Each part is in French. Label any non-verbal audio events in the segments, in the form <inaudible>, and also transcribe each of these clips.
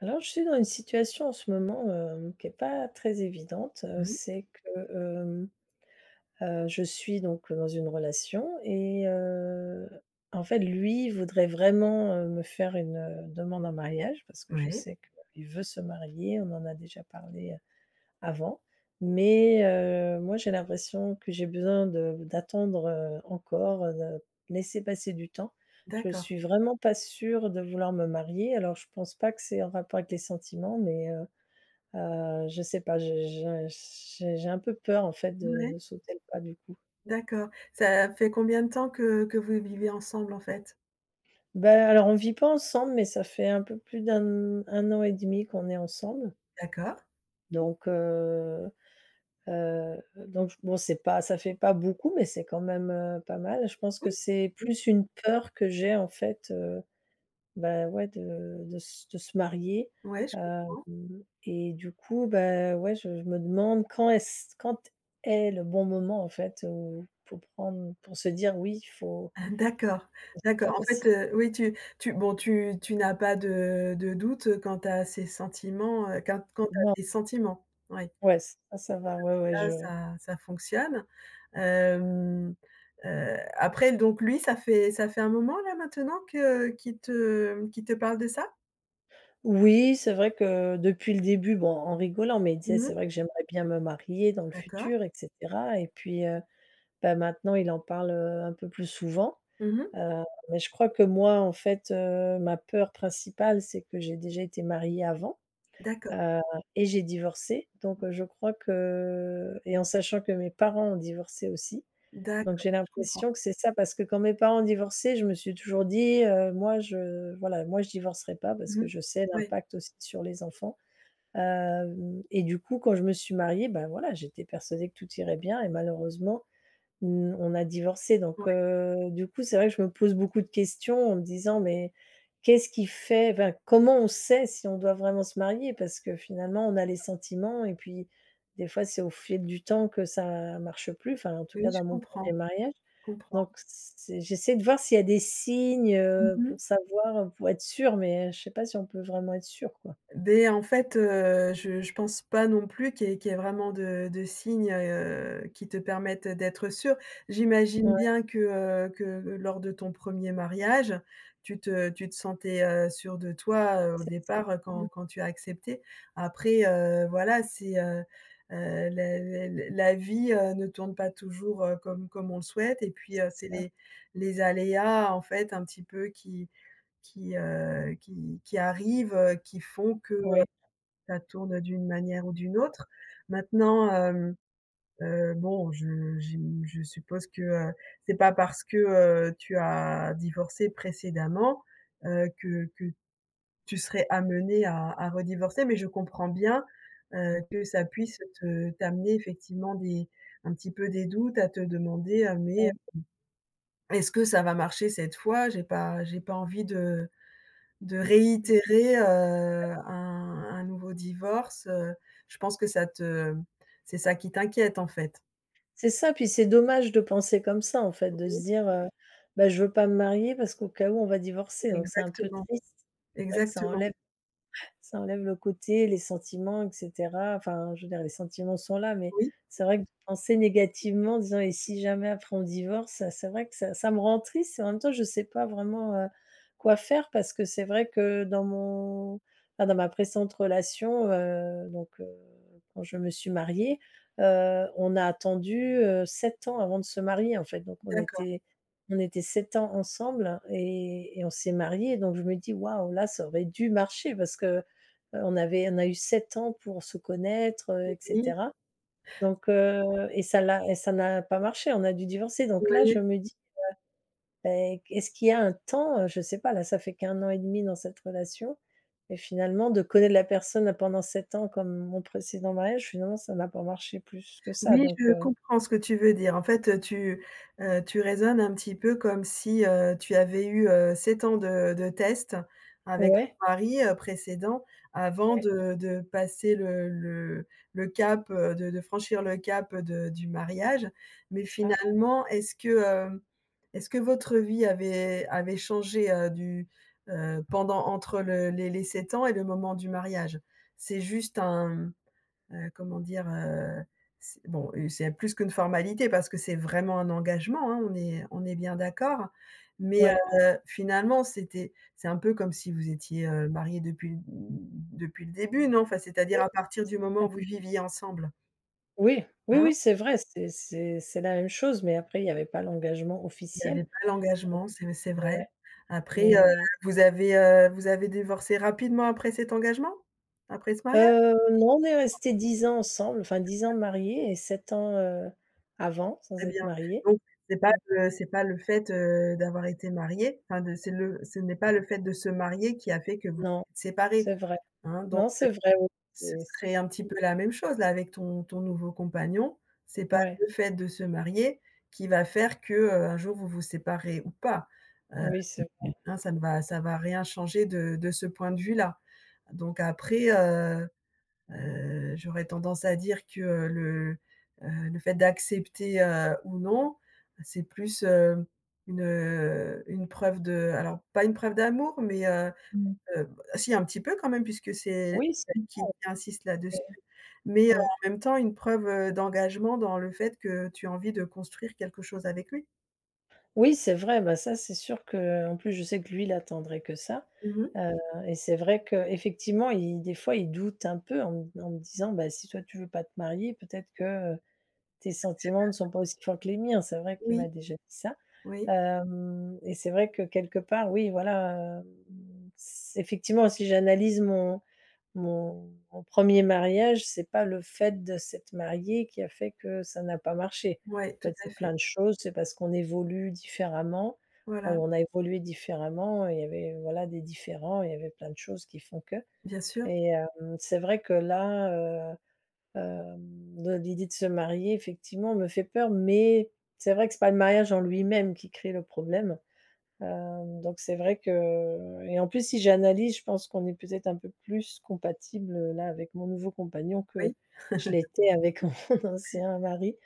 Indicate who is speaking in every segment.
Speaker 1: Alors, je suis dans une situation en ce moment, qui est pas très évidente,
Speaker 2: Mmh.
Speaker 1: c'est que, je suis donc dans une relation et en fait, lui voudrait vraiment, me faire une, demande en mariage parce que je
Speaker 2: Ouais,
Speaker 1: sais qu'il veut se marier. On en a déjà parlé avant, mais moi j'ai l'impression que j'ai besoin de d'attendre, encore, de laisser passer du temps. Je
Speaker 2: d'accord.
Speaker 1: suis vraiment pas sûre de vouloir me marier, alors je pense pas que c'est en rapport avec les sentiments, mais je sais pas, j'ai un peu peur en fait de
Speaker 2: Ouais,
Speaker 1: de sauter le pas du coup.
Speaker 2: d'accord. Ça fait combien de temps que vous vivez ensemble, en fait?
Speaker 1: Ben alors on vit pas ensemble, mais ça fait un peu plus d'un 1 an et demi qu'on est ensemble,
Speaker 2: D'accord.
Speaker 1: donc heu donc bon, c'est pas ça fait pas beaucoup, mais c'est quand même, pas mal. Je pense que
Speaker 2: Oui.
Speaker 1: c'est
Speaker 2: Oui.
Speaker 1: plus une peur que j'ai en fait, bah, ouais, de se marier,
Speaker 2: Ouais, je
Speaker 1: hem
Speaker 2: comprends.
Speaker 1: et du coup, bah, ouais, je me demande quand est le bon moment en fait, où pour prendre pour se dire: «Oui, il faut.»
Speaker 2: Ah, d'accord,
Speaker 1: C'est
Speaker 2: d'accord.
Speaker 1: pas
Speaker 2: En fait,
Speaker 1: facile.
Speaker 2: oui, tu tu bon, tu tu n'as pas de doute, quant à ces sentiments, quant à
Speaker 1: Non,
Speaker 2: tes sentiments? Oui,
Speaker 1: ouais, ça va, ouais, ouais,
Speaker 2: là,
Speaker 1: je
Speaker 2: ça fonctionne. Hem, Après donc lui, ça fait un moment, là, maintenant que qu'il te parle de ça?
Speaker 1: oui, c'est vrai que depuis le début, bon, en rigolant, mais tu sais,
Speaker 2: Mmh.
Speaker 1: c'est vrai que j'aimerais bien me marier dans le
Speaker 2: D'accord.
Speaker 1: futur et cetera et puis, bah, maintenant, il en parle, un peu plus souvent,
Speaker 2: Mmh.
Speaker 1: heu, mais je crois que moi, en fait, ma peur principale, c'est que j'ai déjà été mariée avant, heu
Speaker 2: D'accord.
Speaker 1: et j'ai divorcé, je crois que et en sachant que mes parents ont divorcé aussi, donc
Speaker 2: D'accord,
Speaker 1: j'ai
Speaker 2: je comprends.
Speaker 1: l'impression que c'est ça parce que quand mes parents ont divorcé, je me suis toujours dit: «Moi, je voilà, moi, je divorcerai pas» parce
Speaker 2: Mmh
Speaker 1: que
Speaker 2: mh.
Speaker 1: je sais
Speaker 2: Ouais,
Speaker 1: l'impact aussi sur les enfants, hem et du coup, quand je me suis mariée, ben voilà, j'étais persuadée que tout irait bien et malheureusement, Mmh, on a divorcé
Speaker 2: ouais,
Speaker 1: du coup, c'est vrai que je me pose beaucoup de questions en me disant: «Mais qu'est-ce qui fait enfin, comment on sait si on doit vraiment se marier?» parce que finalement, on a les sentiments et puis des fois, c'est au fil du temps que ça marche plus, enfin, en tout
Speaker 2: oui,
Speaker 1: cas
Speaker 2: je
Speaker 1: dans mon
Speaker 2: comprends,
Speaker 1: premier mariage
Speaker 2: je comprends.
Speaker 1: donc c'est j'essaie de voir s'il y a des signes,
Speaker 2: Mmh mh.
Speaker 1: pour savoir, pour être sûr, mais je sais pas si on peut vraiment être sûr, quoi.
Speaker 2: Ben en fait, je pense pas non plus qu'il y ait vraiment de signes, qui te permettent d'être sûr. J'imagine
Speaker 1: Ouais,
Speaker 2: bien que lors de ton premier mariage, tu te sentais, sûre de toi, au
Speaker 1: c'est
Speaker 2: départ, quand tu as accepté. Après, voilà, la vie, ne tourne pas toujours, comme comme on le souhaite, et puis,
Speaker 1: c'est
Speaker 2: c'est
Speaker 1: ça.
Speaker 2: les aléas, en fait, un petit peu qui arrivent, qui font que
Speaker 1: Oui,
Speaker 2: ça tourne d'une manière ou d'une autre. Maintenant, bon, je suppose que, c'est pas parce que, tu as divorcé précédemment, que tu serais amené à redivorcer, mais je comprends bien, que ça puisse te t'amener effectivement des un petit peu des doutes à te demander, «Mais
Speaker 1: ouais.
Speaker 2: est-ce que ça va marcher cette fois? J'ai pas envie de» de» réitérer, un nouveau divorce, je pense que ça te c'est ça qui t'inquiète, en fait?
Speaker 1: C'est ça, puis c'est dommage de penser comme ça en fait, de se
Speaker 2: Oui,
Speaker 1: dire: «Bah, je veux pas me marier parce qu'au cas où on va divorcer», donc c'est un peu
Speaker 2: exactement,
Speaker 1: triste. C'est vrai que
Speaker 2: exactement.
Speaker 1: ça enlève le côté, les sentiments et cetera. Enfin, je veux dire, les sentiments sont là, mais
Speaker 2: Oui,
Speaker 1: c'est vrai que de penser négativement en disant: «Et si jamais après on divorce?» C'est vrai que ça me rend triste et en même temps, je sais pas vraiment, quoi faire parce que c'est vrai que dans mon enfin, dans ma précédente relation, donc, quand je me suis mariée, on a attendu, 7 ans avant de se marier, en fait. Donc
Speaker 2: d'accord,
Speaker 1: on était 7 ans ensemble et on s'est mariés donc je me dis: «Waouh, là, ça aurait dû marcher» parce que on a eu 7 ans pour se connaître, et
Speaker 2: oui,
Speaker 1: cetera. Donc et ça l'a et ça n'a pas marché, on a dû divorcer. Donc là, je
Speaker 2: oui.
Speaker 1: me dis: «Beh, est-ce qu'il y a un temps?» Je sais pas, là, ça fait qu'un an et demi dans cette relation et finalement de connaître la personne pendant 7 ans comme mon précédent mariage, finalement, ça n'a pas marché plus que ça
Speaker 2: Oui,
Speaker 1: donc
Speaker 2: je comprends ce que tu veux dire. En fait, tu, tu raisonnes un petit peu comme si, tu avais eu, 7 ans de test avec
Speaker 1: ouais,
Speaker 2: ton mari, précédent avant
Speaker 1: ouais,
Speaker 2: de passer le cap, de franchir le cap de du mariage. Mais
Speaker 1: ça,
Speaker 2: finalement, est-ce que, est-ce que votre vie avait avait changé, pendant entre le les 7 ans et le moment du mariage? C'est juste un... comment dire? C'est bon, c'est plus qu'une formalité parce que c'est vraiment un engagement, hein, on est bien d'accord. Mais,
Speaker 1: ouais,
Speaker 2: finalement, c'était c'est un peu comme si vous étiez, mariés depuis l depuis le début, non? Enfin, c'est-à-dire
Speaker 1: oui,
Speaker 2: à partir du moment où vous viviez ensemble,
Speaker 1: oui, oui,
Speaker 2: hein?
Speaker 1: oui, c'est vrai, c'est la même chose mais après il n'y avait pas l'engagement
Speaker 2: Il n'y avait
Speaker 1: officiel
Speaker 2: pas
Speaker 1: donc
Speaker 2: l'engagement, c'est
Speaker 1: ouais
Speaker 2: vrai. Après,
Speaker 1: mais
Speaker 2: vous avez divorcé rapidement après cet engagement? Après ce mariage?
Speaker 1: Heu, non, on est restés 10 ans ensemble, enfin 10 ans mariés et 7 ans, avant,
Speaker 2: Très
Speaker 1: sans être
Speaker 2: bien.
Speaker 1: mariés.
Speaker 2: Donc
Speaker 1: Donc
Speaker 2: c'est pas le fait, d'avoir été marié, enfin de c'est le ce n'est pas le fait de se marier qui a fait que vous
Speaker 1: non,
Speaker 2: êtes séparés,
Speaker 1: c'est vrai.
Speaker 2: hein? Donc
Speaker 1: Non, c'est vrai, oui,
Speaker 2: ce
Speaker 1: c'est c
Speaker 2: serait un petit peu la même chose là avec ton ton nouveau compagnon. C'est pas
Speaker 1: ouais,
Speaker 2: le fait de se marier qui va faire que, un jour vous vous séparez ou pas. Heu,
Speaker 1: oui, c'est vrai.
Speaker 2: hein, ça ne va ça va rien changer de ce point de vue-là. Donc après, j'aurais tendance à dire que, le fait d'accepter, ou non, c'est plus, une preuve de alors pas une preuve d'amour, mais,
Speaker 1: Mmh.
Speaker 2: heu, si un petit peu quand même puisque c'est
Speaker 1: Oui, c'est
Speaker 2: lui qui insiste là-dessus,
Speaker 1: vrai,
Speaker 2: mais,
Speaker 1: ouais.
Speaker 2: en même temps une preuve, d'engagement dans le fait que tu as envie de construire quelque chose avec lui.
Speaker 1: Oui, c'est vrai, bah, ça, c'est sûr qu'en plus, je sais que lui, il attendrait que ça,
Speaker 2: Mmh mh.
Speaker 1: heu et c'est vrai qu'effectivement, il des fois, il doute un peu en me disant: «Bah, si toi, tu veux pas te marier, peut-être que, heu, tes sentiments ne sont pas aussi forts que les miens». C'est vrai qu'il m'a
Speaker 2: Oui,
Speaker 1: déjà dit ça.
Speaker 2: oui,
Speaker 1: Hem Et c'est vrai que quelque part, oui, voilà, c'est effectivement, si j'analyse mon 1er mariage, c'est pas le fait de s'être marié qui a fait que ça n'a pas marché.
Speaker 2: ouais,
Speaker 1: En
Speaker 2: tout
Speaker 1: fait,
Speaker 2: à
Speaker 1: c'est
Speaker 2: fait.
Speaker 1: plein de choses, c'est parce qu'on évolue différemment, enfin,
Speaker 2: Voilà,
Speaker 1: on a évolué différemment, il y avait, voilà, des différents. Il y avait plein de choses qui font que
Speaker 2: bien sûr,
Speaker 1: et hem, c'est vrai que là, heu, de l'idée de se marier, effectivement, me fait peur, mais c'est vrai que c'est pas le mariage en lui-même qui crée le problème. Donc c'est vrai que et en plus, si j'analyse, je pense qu'on est peut-être un peu plus compatible là, avec mon nouveau compagnon que
Speaker 2: oui.
Speaker 1: je l'étais avec <laughs> mon ancien mari.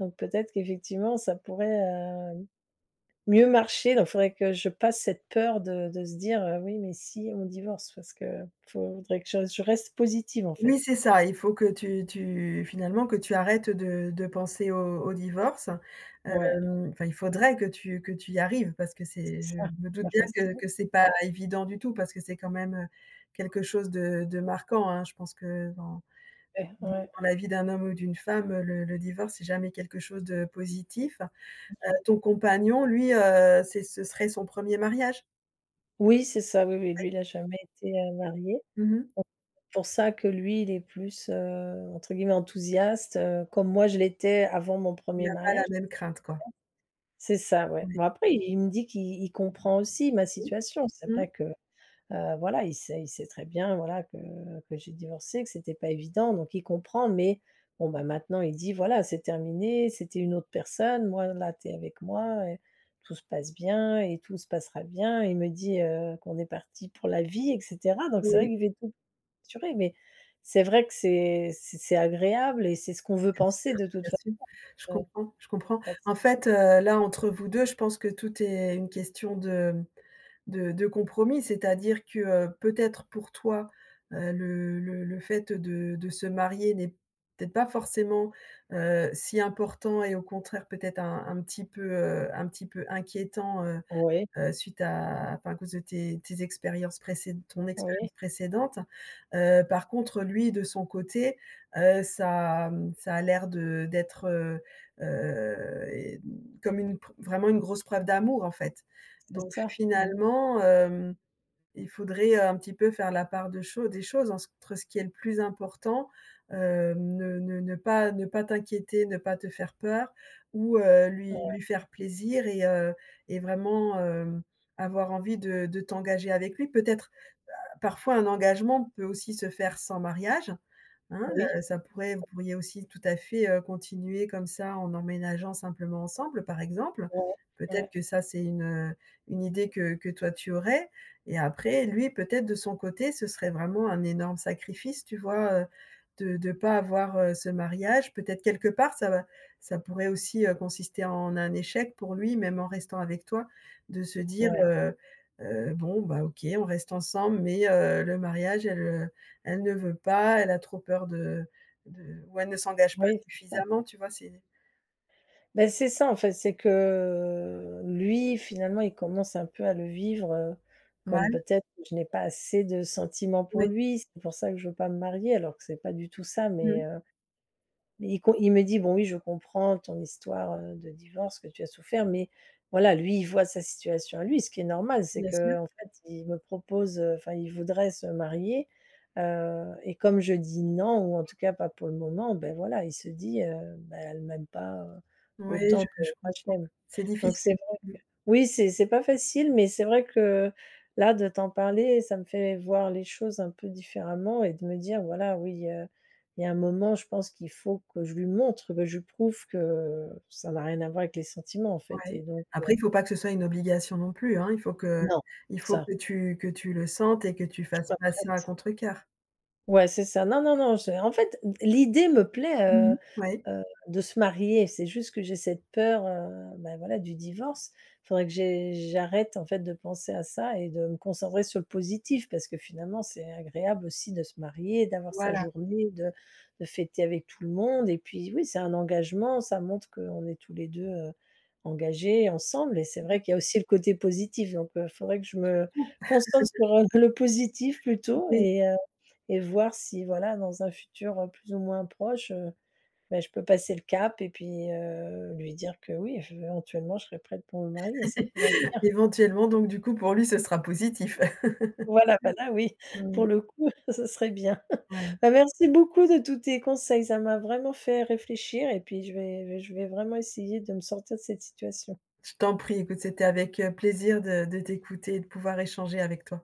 Speaker 1: Donc peut-être qu'effectivement, ça pourrait, heu, mieux marcher. Donc il faudrait que je passe cette peur de se dire: «Oui, mais si on divorce?» parce que faudrait que je reste positive, en
Speaker 2: Oui,
Speaker 1: fait.
Speaker 2: c'est ça. Il faut que tu tu finalement, que tu arrêtes de penser au au divorce.
Speaker 1: Ouais,
Speaker 2: Enfin, il faudrait que tu y arrives parce que c'est
Speaker 1: c'est
Speaker 2: je
Speaker 1: ça,
Speaker 2: me
Speaker 1: c'est
Speaker 2: doute
Speaker 1: pas
Speaker 2: bien que
Speaker 1: facile.
Speaker 2: que c'est pas
Speaker 1: Ouais,
Speaker 2: évident du tout parce que c'est quand même quelque chose de marquant, hein. Je pense que dans
Speaker 1: ouais,
Speaker 2: dans
Speaker 1: ouais,
Speaker 2: la vie d'un homme ou d'une femme, le divorce, c'est jamais quelque chose de positif. Ton compagnon, lui, c'est ce serait son premier mariage?
Speaker 1: oui, c'est ça, oui, oui, lui, il a jamais été, marié.
Speaker 2: Mmh.
Speaker 1: Pour ça que lui, il est plus, entre guillemets «enthousiaste», comme moi je l'étais avant mon
Speaker 2: Il n'a
Speaker 1: premier
Speaker 2: pas la
Speaker 1: mariage.
Speaker 2: même crainte, quoi.
Speaker 1: C'est ça, ouais.
Speaker 2: Oui.
Speaker 1: Bon après il me dit qu'il il comprend aussi ma
Speaker 2: Mmh.
Speaker 1: situation. C'est
Speaker 2: Mmh.
Speaker 1: vrai que, voilà, il sait très bien, voilà, que j'ai divorcé, que c'était pas évident, donc il comprend, mais bon, bah, maintenant il dit: «Voilà, c'est terminé, c'était une autre personne. Moi, là, t'es avec moi et tout se passe bien et tout se passera bien». Il me dit, qu'on est partis pour la vie et cetera, donc c'est vrai
Speaker 2: Oui.
Speaker 1: qu'il fait tout rassurée, mais c'est vrai que c'est agréable et c'est ce qu'on veut
Speaker 2: Bien
Speaker 1: penser
Speaker 2: sûr,
Speaker 1: de toute
Speaker 2: bien
Speaker 1: façon,
Speaker 2: sûr. Je
Speaker 1: heu,
Speaker 2: comprends, je comprends.
Speaker 1: d'acc
Speaker 2: En fait, là, entre vous 2, je pense que tout est une question de de compromis. C'est-à-dire que, peut-être pour toi, le fait de se marier n'est peut-être pas forcément, si important et au contraire peut-être un petit peu inquiétant,
Speaker 1: oui,
Speaker 2: suite à enfin, à cause de tes tes expériences précédentes, ton
Speaker 1: oui,
Speaker 2: expérience précédente. Par contre, lui, de son côté, ça, mmh, ça a l'air de d'être, heu et comme une pr vraiment une grosse preuve d'amour, en fait.
Speaker 1: c'est
Speaker 2: Donc
Speaker 1: ça. Mmh.
Speaker 2: finalement, hem il faudrait un petit peu faire la part de cho des choses entre ce qui est le plus important, ne pas t'inquiéter, ne pas te faire peur ou heu, lui
Speaker 1: Heu,
Speaker 2: lui faire plaisir et vraiment, avoir envie de t'engager avec lui. Peut-être parfois un engagement peut aussi se faire sans mariage. Hein,
Speaker 1: oui,
Speaker 2: ça pourrait vous pourriez aussi tout à fait, continuer comme ça en emménageant simplement ensemble, par exemple.
Speaker 1: ouais,
Speaker 2: Peut-être
Speaker 1: ouais,
Speaker 2: que ça, c'est une idée que toi tu aurais et après lui, peut-être de son côté, ce serait vraiment un énorme sacrifice, tu vois, de pas avoir, ce mariage. Peut-être quelque part, ça va ça pourrait aussi, consister en un échec pour lui, même en restant avec toi, de se dire,
Speaker 1: ouais,
Speaker 2: «Bon, bah, OK, on reste ensemble mais le mariage, elle, elle ne veut pas, elle a trop peur de ou elle ne s'engage pas
Speaker 1: oui, c'est ça.
Speaker 2: suffisamment, tu vois?» C'est
Speaker 1: Beh, c'est ça en fait, c'est que lui, finalement, il commence un peu à le vivre, comme
Speaker 2: mal,
Speaker 1: peut-être je n'ai pas assez de sentiments pour
Speaker 2: oui.
Speaker 1: lui, c'est pour ça que je veux pas me marier alors que c'est pas du tout ça,
Speaker 2: Mmh.
Speaker 1: mais il me dit: «Bon oui, je comprends ton histoire, de divorce que tu as souffert» mais voilà, lui, il voit sa situation à lui, ce qui est normal. C'est
Speaker 2: Bien sûr.
Speaker 1: que en fait, il me propose, enfin, il voudrait se marier, et comme je dis: «Non» ou en tout cas pas pour le moment, ben voilà, il se dit: «Bah, elle m'aime pas,
Speaker 2: Oui,
Speaker 1: autant que
Speaker 2: je
Speaker 1: moi je
Speaker 2: comprends.
Speaker 1: l'aime».
Speaker 2: C'est
Speaker 1: Donc c'est
Speaker 2: difficile.
Speaker 1: vrai
Speaker 2: Mmh,
Speaker 1: que oui, c'est pas facile, mais c'est vrai que là, de t'en parler, ça me fait voir les choses un peu différemment et de me dire: «Voilà, oui, il y a un moment, je pense qu'il faut que je lui montre, que je lui prouve que ça n'a rien à voir avec les sentiments, en fait»
Speaker 2: ouais.
Speaker 1: et donc
Speaker 2: Après, il faut pas que ce soit une obligation non plus, hein.
Speaker 1: non,
Speaker 2: Il faut
Speaker 1: ça,
Speaker 2: que tu le sentes et que tu
Speaker 1: je suis
Speaker 2: fasses
Speaker 1: pas
Speaker 2: passer ça à
Speaker 1: prête.
Speaker 2: contre-cœur.
Speaker 1: Ouais, c'est ça. Non, non, non, je en fait, l'idée me plaît,
Speaker 2: Mmh. Oui,
Speaker 1: heu, de se marier. C'est juste que j'ai cette peur, bah, voilà, du divorce. Il faudrait que j'arrête, en fait, de penser à ça et de me concentrer sur le positif parce que finalement, c'est agréable aussi de se marier, d'avoir sa
Speaker 2: voilà.
Speaker 1: journée, de fêter avec tout le monde et puis, oui, c'est un engagement, ça montre qu'on est tous les 2 engagés ensemble et c'est vrai qu'il y a aussi le côté positif donc faudrait que je me
Speaker 2: Tout,
Speaker 1: concentre sur, le positif plutôt
Speaker 2: oui.
Speaker 1: et voir si voilà, dans un futur, plus ou moins proche, bah, je peux passer le cap et puis, lui dire que oui, je éventuellement, je serais prête pour me marier et ça pourrait être
Speaker 2: <laughs>
Speaker 1: bien. <laughs>
Speaker 2: Éventuellement, donc du coup, pour lui, ce sera positif. <laughs>
Speaker 1: Voilà, bah, là, oui,
Speaker 2: Mmh.
Speaker 1: pour le coup, <laughs> ce serait bien. <laughs>
Speaker 2: Ouais.
Speaker 1: Bah, merci beaucoup de tous tes conseils, ça m'a vraiment fait réfléchir et puis je vais vraiment essayer de me sortir de cette situation.
Speaker 2: Je t'en prie, écoute, c'était avec, plaisir de t'écouter et de pouvoir échanger avec toi.